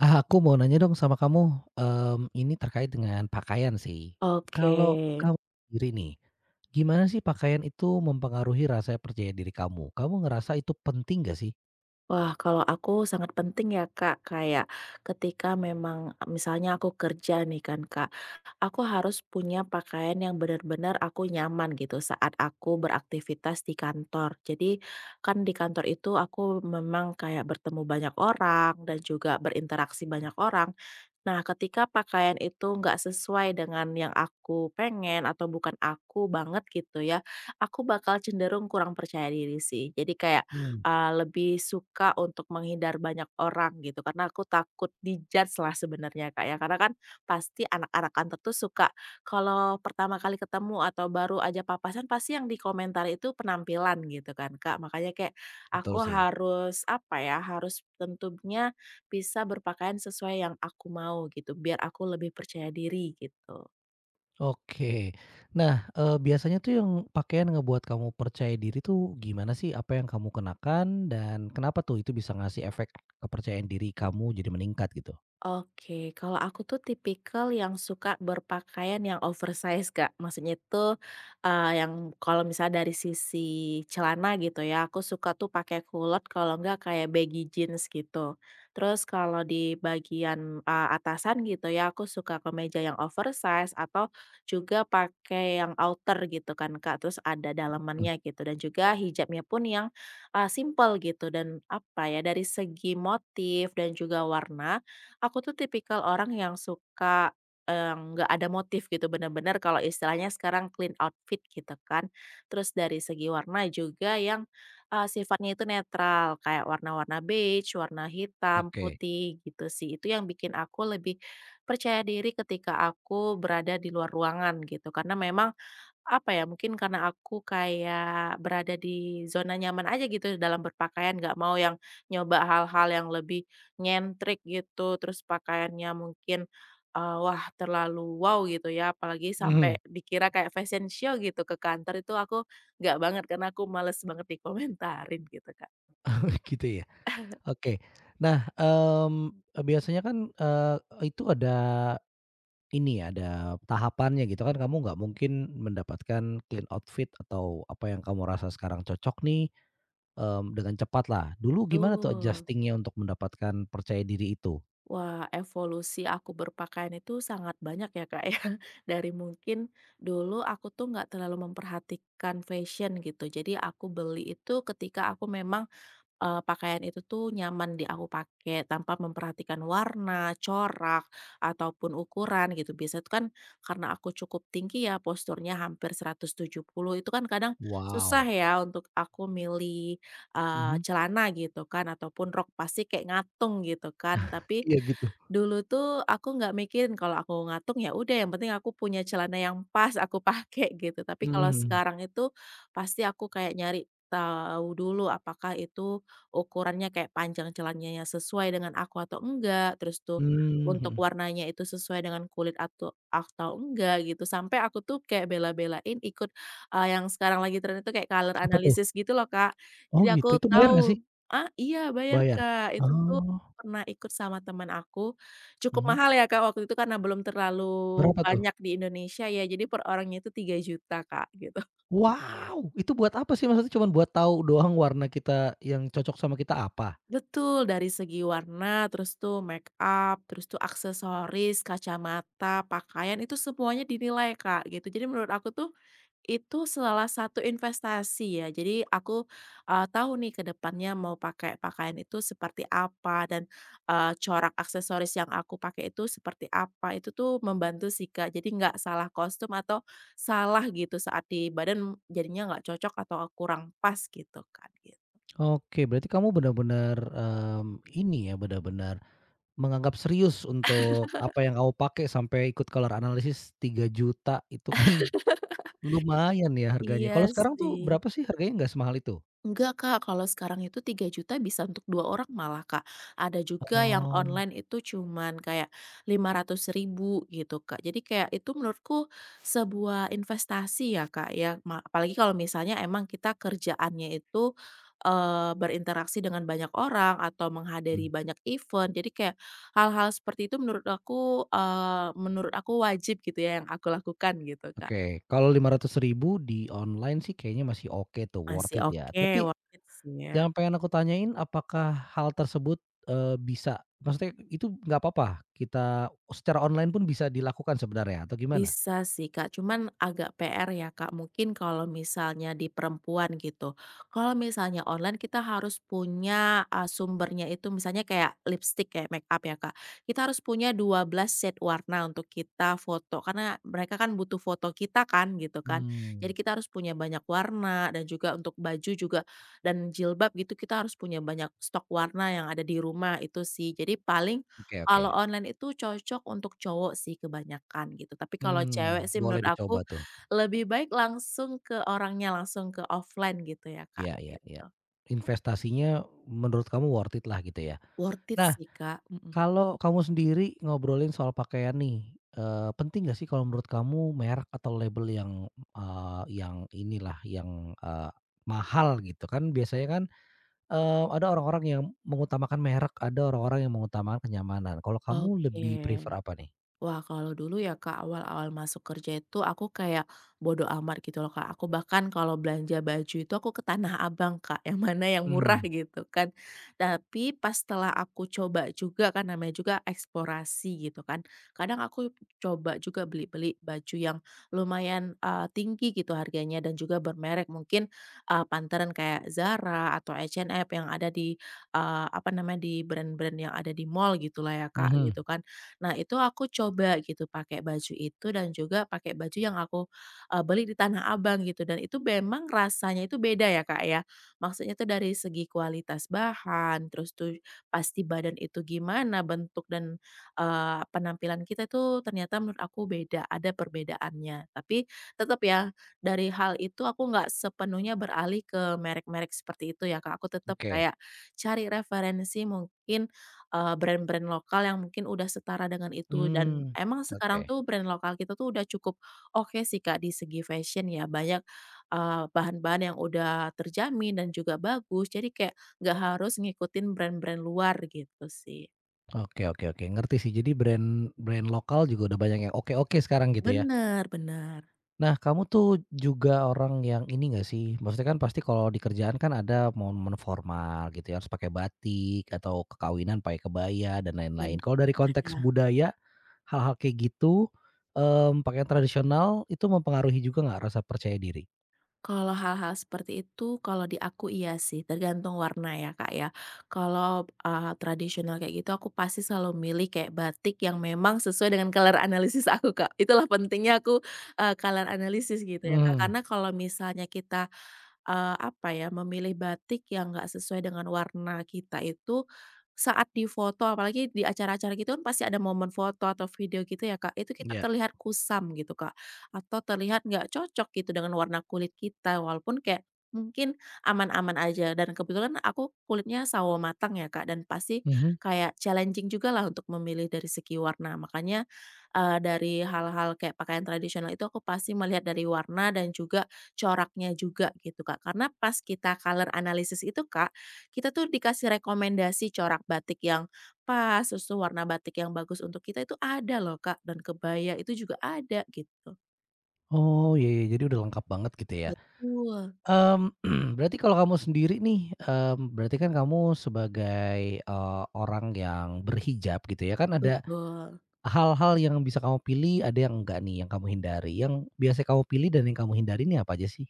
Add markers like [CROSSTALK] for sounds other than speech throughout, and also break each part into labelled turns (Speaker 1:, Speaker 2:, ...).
Speaker 1: Ah, aku mau nanya dong sama kamu, ini terkait dengan pakaian sih.
Speaker 2: Oke.
Speaker 1: Kalau kamu sendiri nih, gimana sih pakaian itu mempengaruhi rasa percaya diri kamu? Kamu ngerasa itu penting gak sih?
Speaker 2: Wah, kalau aku sangat penting ya, Kak, kayak ketika memang misalnya aku kerja nih kan, Kak, aku harus punya pakaian yang benar-benar aku nyaman gitu saat aku beraktivitas di kantor. Jadi kan di kantor itu aku memang kayak bertemu banyak orang dan juga berinteraksi banyak orang. Nah, ketika pakaian itu nggak sesuai dengan yang aku pengen atau bukan aku banget gitu ya, aku bakal cenderung kurang percaya diri sih. Jadi kayak
Speaker 1: Mmm,
Speaker 2: lebih suka untuk menghindar banyak orang gitu, karena aku takut dijudge lah sebenarnya, Kak, ya, karena kan pasti anak-anak kantor tuh suka kalau pertama kali ketemu atau baru aja papasan pasti yang dikomentari itu penampilan gitu kan, Kak, makanya kayak
Speaker 1: betul
Speaker 2: aku
Speaker 1: sih.
Speaker 2: harus apa ya, harus tentunya bisa berpakaian sesuai yang aku mau gitu, biar aku lebih percaya diri gitu.
Speaker 1: Oke. Nah, biasanya tuh yang pakaian ngebuat kamu percaya diri tuh gimana sih? Apa yang kamu kenakan dan kenapa tuh itu bisa ngasih efek kepercayaan diri kamu jadi meningkat gitu?
Speaker 2: Oke, kalau aku tuh tipikal yang suka berpakaian yang oversize, Kak. Maksudnya tuh, yang kalau misalnya dari sisi celana gitu ya, aku suka tuh pakai kulot kalau enggak kayak baggy jeans gitu. Terus kalau di bagian, atasan gitu ya, aku suka kemeja yang oversize atau juga pakai yang outer gitu kan, Kak. Terus ada
Speaker 1: Mhm,
Speaker 2: dalamannya gitu dan juga hijabnya pun yang, simpel gitu, dan apa ya, dari segi motif dan juga warna. Aku tuh tipikal orang yang suka, nggak ada motif gitu, bener-bener kalau istilahnya sekarang clean outfit gitu kan. Terus dari segi warna juga yang, sifatnya itu netral, kayak warna-warna beige, warna hitam,
Speaker 1: oke.
Speaker 2: putih gitu sih. Itu yang bikin aku lebih percaya diri ketika aku berada di luar ruangan gitu, karena memang apa ya, mungkin karena aku kayak berada di zona nyaman aja gitu dalam berpakaian, nggak mau yang nyoba hal-hal yang lebih nyentrik gitu, terus pakaiannya mungkin, wah terlalu wow gitu ya, apalagi
Speaker 1: Mhm,
Speaker 2: sampai dikira kayak fashion show gitu ke kantor, itu aku nggak banget, karena aku males banget dikomentarin gitu, Kak.
Speaker 1: [LAUGHS] gitu ya? Oke. Nah, biasanya kan, itu ada ini ya, ada tahapannya gitu kan, kamu nggak mungkin mendapatkan clean outfit atau apa yang kamu rasa sekarang cocok nih, dengan cepatlah. Dulu gimana tuh
Speaker 2: Betul.
Speaker 1: adjusting-nya untuk mendapatkan percaya diri itu?
Speaker 2: Wah, evolusi aku berpakaian itu sangat banyak ya, Kak, ya. [LAUGHS] Dari mungkin dulu aku tuh nggak terlalu memperhatikan fashion gitu. Jadi aku beli itu ketika aku memang pakaian itu tuh nyaman di aku pakai tanpa memperhatikan warna, corak, ataupun ukuran gitu. Biasa itu kan karena aku cukup tinggi ya posturnya hampir 170 itu kan kadang susah
Speaker 1: Wow,
Speaker 2: ya untuk aku milih,
Speaker 1: mhm.
Speaker 2: celana gitu kan ataupun rok pasti kayak ngatung gitu kan. Tapi
Speaker 1: Iya gitu.
Speaker 2: dulu tuh aku nggak mikirin, kalau aku ngatung ya udah, yang penting aku punya celana yang pas [LAUGHS] aku pakai gitu. Tapi
Speaker 1: Mhm
Speaker 2: kalau
Speaker 1: mhm.
Speaker 2: sekarang itu pasti aku kayak nyari tahu dulu apakah itu ukurannya kayak panjang celananya sesuai dengan aku atau enggak, terus tuh
Speaker 1: Mmm, mhm.
Speaker 2: untuk warnanya itu sesuai dengan kulit atau enggak gitu. Sampai aku tuh kayak bela-belain ikut, yang sekarang lagi tren itu kayak color
Speaker 1: Apa tuh?
Speaker 2: analysis gitu loh, Kak.
Speaker 1: Oh
Speaker 2: Jadi
Speaker 1: gitu,
Speaker 2: aku
Speaker 1: itu bayar nggak sih?
Speaker 2: tahu. Ah, iya bayar,
Speaker 1: Bayar?
Speaker 2: Kak. Itu tuh
Speaker 1: Oh,
Speaker 2: pernah ikut sama teman aku, cukup
Speaker 1: mhm.
Speaker 2: mahal ya, Kak, waktu itu karena belum terlalu
Speaker 1: Berapa tuh?
Speaker 2: banyak di Indonesia ya, jadi per orangnya itu 3 juta, Kak, gitu.
Speaker 1: Wow! Itu buat apa sih? Maksudnya cuman buat tahu doang warna kita yang cocok sama kita apa?
Speaker 2: Betul, dari segi warna, terus tuh make up, terus tuh aksesoris, kacamata, pakaian itu semuanya dinilai, Kak, gitu. Jadi menurut aku tuh itu salah satu investasi ya. Jadi aku, tahu nih ke depannya mau pakai pakaian itu seperti apa dan, corak aksesoris yang aku pakai itu seperti apa. Itu tuh membantu sih, Kak. Jadi nggak salah kostum atau salah gitu saat di badan jadinya nggak cocok atau kurang pas gitu kan, gitu.
Speaker 1: Oke, berarti kamu benar-benar, ini ya, benar-benar menganggap serius untuk apa yang kamu pakai sampai ikut color analysis 3 juta itu kan [LAUGHS] lumayan ya harganya.
Speaker 2: Iya
Speaker 1: Kalau sekarang
Speaker 2: sih.
Speaker 1: tuh berapa sih harganya, nggak semahal itu?
Speaker 2: Enggak, Kak, kalau sekarang itu 3 juta bisa untuk 2 orang malah, Kak. Ada juga yang
Speaker 1: Oh,
Speaker 2: online itu cuman kayak 500 ribu gitu, Kak. Jadi kayak itu menurutku sebuah investasi ya, Kak, ya. Apalagi kalau misalnya emang kita kerjaannya itu, berinteraksi dengan banyak orang atau
Speaker 1: mmm,
Speaker 2: menghadiri banyak event. Jadi kayak hal-hal seperti itu menurut aku, menurut aku wajib gitu ya yang aku lakukan gitu, Kak.
Speaker 1: oke. Kalau 500 ribu di online sih kayaknya masih oke tuh, worth
Speaker 2: Masih
Speaker 1: it ya.
Speaker 2: oke,
Speaker 1: Tapi
Speaker 2: worth it sih ya.
Speaker 1: yang pengen aku tanyain apakah hal tersebut, bisa maksudnya itu nggak apa-apa, kita secara online pun bisa dilakukan sebenarnya atau gimana?
Speaker 2: Bisa sih, Kak, cuman agak PR ya, Kak, mungkin kalau misalnya di perempuan gitu. Kalau misalnya online kita harus punya, sumbernya itu misalnya kayak lipstick kayak make up ya, Kak, kita harus punya 12 set warna untuk kita foto, karena mereka kan butuh foto kita kan, gitu kan. Jadi
Speaker 1: Mmm,
Speaker 2: kita harus punya banyak warna dan juga untuk baju juga dan jilbab gitu, kita harus punya banyak stok warna yang ada di rumah, itu sih. Jadi paling
Speaker 1: oke, oke.
Speaker 2: kalau online itu cocok untuk cowok sih kebanyakan gitu, tapi kalau cewek sih
Speaker 1: Boleh
Speaker 2: menurut
Speaker 1: dicoba
Speaker 2: aku
Speaker 1: tuh.
Speaker 2: lebih baik langsung ke orangnya, langsung ke offline gitu ya, Kak.
Speaker 1: Iya, iya, iya. Investasinya menurut kamu worth it lah gitu ya.
Speaker 2: Worth it
Speaker 1: Nah,
Speaker 2: sih, Kak, mhm.
Speaker 1: kalau kamu sendiri ngobrolin soal pakaian nih, penting nggak sih kalau menurut kamu merek atau label yang, yang inilah yang, mahal gitu kan biasanya kan. Ada orang-orang yang mengutamakan merek, ada orang-orang yang mengutamakan kenyamanan. Kalau kamu
Speaker 2: Oke.
Speaker 1: lebih prefer apa nih?
Speaker 2: Wah, kalau dulu ya, Kak, awal-awal masuk kerja itu aku kayak bodo amat gitu loh, Kak. Aku bahkan kalau belanja baju itu aku ke Tanah Abang, Kak, yang mana yang murah [LAUGHS]
Speaker 1: Mmm,
Speaker 2: gitu kan. Tapi pas setelah aku coba juga kan namanya juga eksplorasi gitu kan. Kadang aku coba juga beli-beli baju yang lumayan tinggi gitu harganya dan juga bermerek. Mungkin pantaran kayak Zara atau H&M yang ada di apa namanya di brand-brand yang ada di mall gitu lah ya, Kak,
Speaker 1: mhm,
Speaker 2: gitu kan. Nah, itu aku coba gitu pakai baju itu dan juga pakai baju yang aku, beli di Tanah Abang gitu, dan itu memang rasanya itu beda ya, Kak, ya. Maksudnya itu dari segi kualitas bahan, terus tuh pasti badan itu gimana bentuk dan, penampilan kita itu ternyata menurut aku beda, ada perbedaannya. Tapi tetap ya, dari hal itu aku nggak sepenuhnya beralih ke merek-merek seperti itu ya, Kak. Aku tetap
Speaker 1: oke.
Speaker 2: kayak cari referensi mungkin, brand-brand lokal yang mungkin udah setara dengan itu, dan
Speaker 1: Mmm.
Speaker 2: emang
Speaker 1: Oke.
Speaker 2: sekarang tuh brand lokal kita tuh udah cukup oke sih, Kak, di segi fashion ya banyak, bahan-bahan yang udah terjamin dan juga bagus jadi kayak nggak harus ngikutin brand-brand luar gitu sih.
Speaker 1: Oke, oke, oke, ngerti sih. Jadi brand brand lokal juga udah banyak yang oke-oke sekarang gitu ya?
Speaker 2: Bener, bener,
Speaker 1: Nah, kamu tuh juga orang yang ini nggak sih, maksudnya kan pasti kalau di kerjaan kan ada momen-momen formal gitu ya, harus pakai batik atau kekawinan pakai kebaya dan lain-lain.
Speaker 2: bener.
Speaker 1: Kalau dari konteks budaya, hal-hal kayak gitu, pakaian tradisional itu mempengaruhi juga nggak rasa percaya diri?
Speaker 2: Kalau hal-hal seperti itu, kalau di aku iya sih, tergantung warna ya, Kak, ya. Kalau, tradisional kayak gitu, aku pasti selalu milih kayak batik yang memang sesuai dengan color analisis aku, Kak. Itulah pentingnya aku, color analysis gitu ya, Kak.
Speaker 1: Hmm,
Speaker 2: Karena kalau misalnya kita apa ya, memilih batik yang nggak sesuai dengan warna kita itu saat difoto, apalagi di acara-acara gitu kan pasti ada momen foto atau video gitu ya, Kak, itu kita
Speaker 1: ya.
Speaker 2: terlihat kusam gitu, Kak, atau terlihat nggak cocok gitu dengan warna kulit kita, walaupun kayak mungkin aman-aman aja dan kebetulan aku kulitnya sawo matang ya, Kak, dan pasti
Speaker 1: Mhm.
Speaker 2: kayak challenging juga lah untuk memilih dari segi warna. Makanya, dari hal-hal kayak pakaian tradisional itu aku pasti melihat dari warna dan juga coraknya juga gitu, Kak. Karena pas kita color analysis itu, Kak, kita tuh dikasih rekomendasi corak batik yang pas, terus tuh warna batik yang bagus untuk kita itu ada loh, Kak, dan kebaya itu juga ada gitu.
Speaker 1: Oh, iya ya, jadi udah lengkap banget gitu ya.
Speaker 2: Betul,
Speaker 1: Mmm, [CLEARS THROAT] Berarti kalau kamu sendiri nih, berarti kan kamu sebagai, orang yang berhijab gitu ya, kan ada
Speaker 2: betul.
Speaker 1: hal-hal yang bisa kamu pilih, ada yang enggak nih yang kamu hindari? Yang biasanya kamu pilih dan yang kamu hindari ini apa aja sih?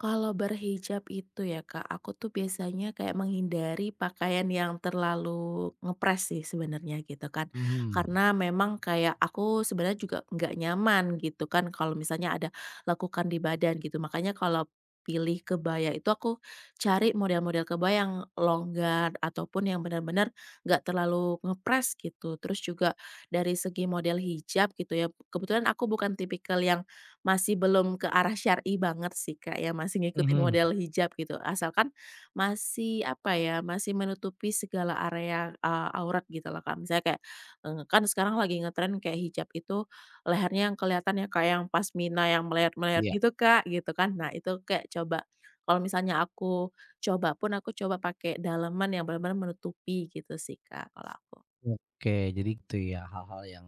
Speaker 2: Kalau berhijab itu ya, Kak, aku tuh biasanya kayak menghindari pakaian yang terlalu ngepres sih sebenarnya gitu kan.
Speaker 1: Mhm.
Speaker 2: Karena memang kayak aku sebenarnya juga nggak nyaman gitu kan kalau misalnya ada lekukan di badan gitu. Makanya kalau pilih kebaya itu aku cari model-model kebaya yang longgar ataupun yang benar-benar nggak terlalu ngepres gitu. Terus juga dari segi model hijab gitu ya. Kebetulan aku bukan tipikal yang masih belum ke arah syar'i banget sih, Kak, ya, masih ngikutin
Speaker 1: Mhm.
Speaker 2: model hijab gitu, asalkan masih, apa ya, masih menutupi segala area, aurat gitu loh, Kak. Misalnya kayak, kan sekarang lagi ngetren kayak hijab itu lehernya yang kelihatan ya, Kak, yang pasmina yang melayar-melayar
Speaker 1: Iya.
Speaker 2: gitu, Kak, gitu kan. Nah, itu kayak coba kalau misalnya aku coba pun, aku coba pakai daleman yang bener-bener menutupi gitu sih, Kak, kalau aku.
Speaker 1: Oke, jadi gitu ya hal-hal yang,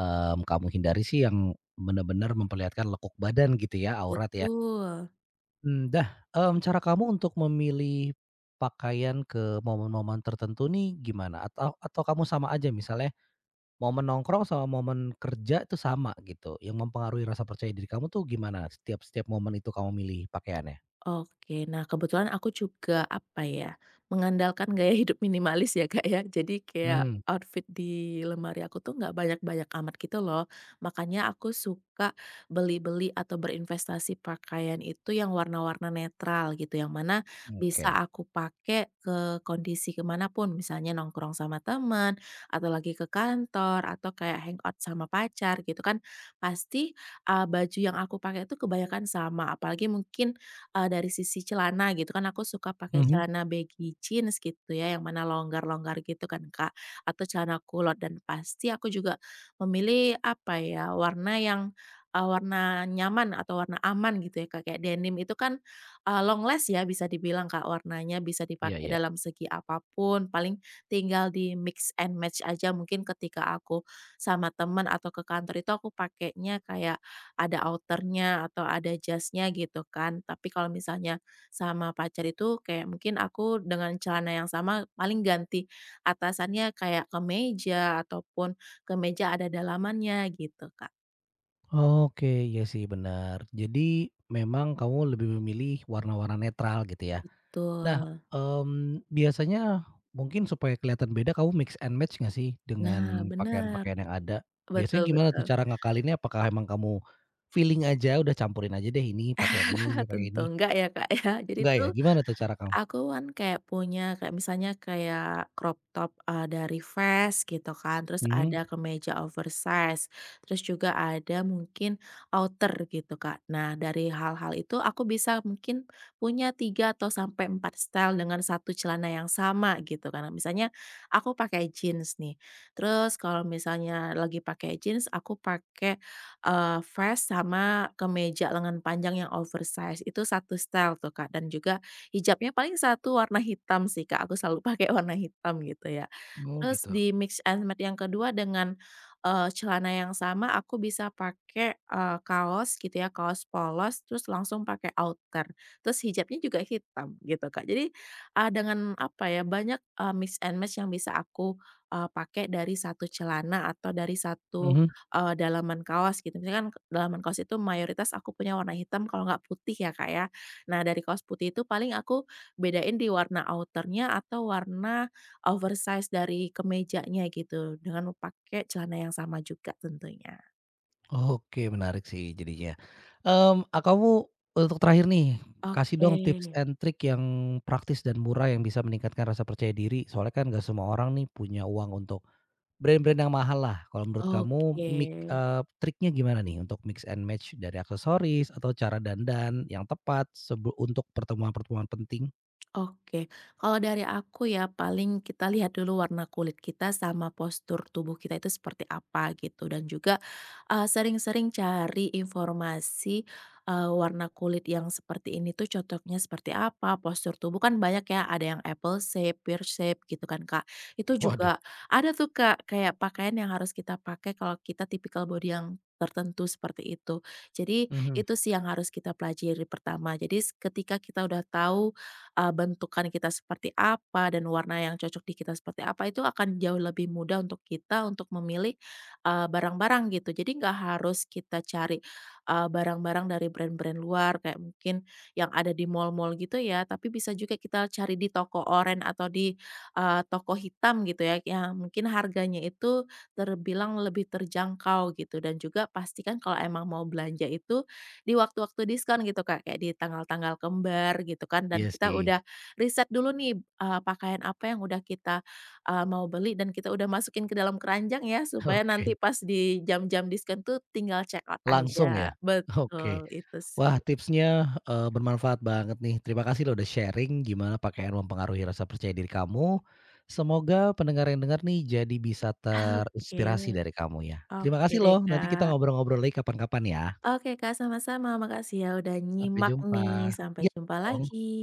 Speaker 1: kamu hindari sih yang benar-benar memperlihatkan lekuk badan gitu ya, aurat ya.
Speaker 2: Betul.
Speaker 1: Dah, cara kamu untuk memilih pakaian ke momen-momen tertentu nih gimana? Atau kamu sama aja misalnya momen nongkrong sama momen kerja itu sama gitu, yang mempengaruhi rasa percaya diri kamu tuh gimana setiap setiap momen itu kamu milih pakaiannya?
Speaker 2: Oke, nah kebetulan aku juga apa ya, mengandalkan gaya [LAUGHS] hidup minimalis ya, Kak, ya. Jadi kayak
Speaker 1: Mmm,
Speaker 2: outfit di lemari aku tuh nggak banyak-banyak amat gitu loh. Makanya aku suka beli-beli atau berinvestasi pakaian itu yang warna-warna netral gitu. Yang mana bisa
Speaker 1: oke.
Speaker 2: aku pakai ke kondisi kemanapun. Misalnya nongkrong sama teman, atau lagi ke kantor, atau kayak hangout sama pacar gitu kan. Pasti baju yang aku pakai itu kebanyakan sama. Apalagi mungkin dari sisi celana gitu kan aku suka pakai
Speaker 1: Mhm.
Speaker 2: celana baggy jeans gitu ya, yang mana longgar-longgar gitu kan, Kak, atau celana kulot, dan pasti aku juga memilih apa ya, warna yang, warna nyaman atau warna aman gitu ya, Kak, kayak denim itu kan, longless ya bisa dibilang, Kak, warnanya bisa
Speaker 1: Iya
Speaker 2: dipakai
Speaker 1: iya.
Speaker 2: dalam segi apapun, paling tinggal di mix and match aja mungkin ketika aku sama teman atau ke kantor itu aku pakainya kayak ada outernya atau ada jasnya gitu kan. Tapi kalau misalnya sama pacar itu kayak mungkin aku dengan celana yang sama paling ganti atasannya kayak kemeja ataupun kemeja ada dalamannya gitu, Kak.
Speaker 1: Oke, iya sih benar. Jadi memang kamu lebih memilih warna-warna netral gitu ya. Nah,
Speaker 2: Betul.
Speaker 1: biasanya mungkin supaya kelihatan beda kamu mix and match nggak sih
Speaker 2: Nah,
Speaker 1: dengan
Speaker 2: benar.
Speaker 1: pakaian-pakaian yang ada? Biasanya
Speaker 2: Betul,
Speaker 1: gimana
Speaker 2: betul.
Speaker 1: tuh cara ngakalinnya? Apakah emang kamu feeling aja udah campurin aja deh ini pakai yang ini
Speaker 2: [LAUGHS]
Speaker 1: pakai
Speaker 2: Tentu
Speaker 1: ini?
Speaker 2: enggak ya, Kak, ya. Jadi
Speaker 1: Enggak ya?
Speaker 2: tuh
Speaker 1: Gimana tuh cara kamu?
Speaker 2: aku kan kayak punya kayak misalnya kayak crop top, dari vest gitu kan, terus
Speaker 1: Mhm.
Speaker 2: ada kemeja oversize, terus juga ada mungkin outer gitu, Kak. Nah, dari hal-hal itu aku bisa mungkin punya 3 atau sampai 4 style dengan satu celana yang sama gitu kan. Misalnya aku pakai jeans nih, terus kalau misalnya lagi pakai jeans aku pakai, Vans sama kemeja lengan panjang yang oversize, itu satu style tuh, Kak, dan juga hijabnya paling satu warna hitam sih, Kak, aku selalu [LAUGHS] pakai warna hitam gitu ya.
Speaker 1: Oh
Speaker 2: Terus
Speaker 1: gitu.
Speaker 2: di mix and match yang kedua dengan, celana yang sama aku bisa pakai, kaos gitu ya, kaos polos terus langsung pakai outer, terus hijabnya juga hitam gitu, Kak. Jadi, dengan apa ya, banyak, mix and match yang bisa aku, pakai dari satu celana atau dari satu
Speaker 1: Mhm.
Speaker 2: dalaman kaos gitu. Misalkan dalaman kaos itu mayoritas aku punya warna hitam kalau nggak putih ya, Kak, ya. Nah, dari kaos putih itu paling aku bedain di warna outernya atau warna oversize dari kemejanya gitu, dengan pakai celana yang sama juga tentunya.
Speaker 1: Oke menarik sih jadinya. Mmm, a kamu untuk terakhir nih, kasih
Speaker 2: Oke,
Speaker 1: dong tips and trick yang praktis dan murah yang bisa meningkatkan rasa percaya diri, soalnya kan nggak semua orang nih punya uang untuk brand-brand yang mahal lah. Kalau menurut kamu
Speaker 2: oke.
Speaker 1: triknya gimana nih untuk mix and match dari aksesoris atau cara dandan yang tepat sebe untuk pertemuan-pertemuan penting?
Speaker 2: Oke, kalau dari aku ya paling kita lihat dulu warna kulit kita sama postur tubuh kita itu seperti apa gitu, dan juga sering-sering cari informasi warna kulit yang seperti ini tuh cocoknya seperti apa, postur tubuh kan banyak ya, ada yang apple shape, pear shape gitu kan, Kak. Itu
Speaker 1: Waduh.
Speaker 2: juga ada tuh, Kak, kayak pakaian yang harus kita pakai kalau kita tipikal body yang tertentu seperti itu. Jadi
Speaker 1: Mhm.
Speaker 2: itu sih yang harus kita pelajari pertama. Jadi ketika kita udah tahu bentukan kita seperti apa dan warna yang cocok di kita seperti apa, itu akan jauh lebih mudah untuk kita untuk memilih, barang-barang gitu. Jadi nggak harus kita cari, barang-barang dari brand-brand luar kayak mungkin yang ada di mall-mall gitu ya, tapi bisa juga kita cari di toko oren atau di, toko hitam gitu ya, yang mungkin harganya itu terbilang lebih terjangkau gitu, dan juga pastikan kalau emang mau belanja itu, di waktu-waktu diskon gitu, Kak, kayak di tanggal-tanggal kembar gitu kan, dan
Speaker 1: Iya
Speaker 2: kita
Speaker 1: sih.
Speaker 2: udah riset dulu nih, pakaian apa yang udah kita, mau beli dan kita udah masukin ke dalam keranjang ya
Speaker 1: [LAUGHS]
Speaker 2: supaya
Speaker 1: Oke.
Speaker 2: nanti pas di jam-jam diskon tuh tinggal check out
Speaker 1: Langsung
Speaker 2: aja.
Speaker 1: ya? Oke.
Speaker 2: Betul, itu
Speaker 1: Wah
Speaker 2: sih.
Speaker 1: tipsnya, bermanfaat banget nih. Terima kasih loh udah sharing gimana pakaian mempengaruhi rasa percaya diri kamu. Semoga pendengar yang dengar nih jadi bisa
Speaker 2: Oke.
Speaker 1: terinspirasi dari kamu ya. Terima
Speaker 2: Oke
Speaker 1: kasih
Speaker 2: deh,
Speaker 1: loh, nanti kita
Speaker 2: Kak.
Speaker 1: ngobrol-ngobrol lagi kapan-kapan ya.
Speaker 2: Oke, Kak, sama-sama. Makasih ya udah
Speaker 1: Sampai
Speaker 2: nyimak
Speaker 1: jumpa.
Speaker 2: nih. Sampai
Speaker 1: Iya
Speaker 2: jumpa
Speaker 1: dong.
Speaker 2: lagi.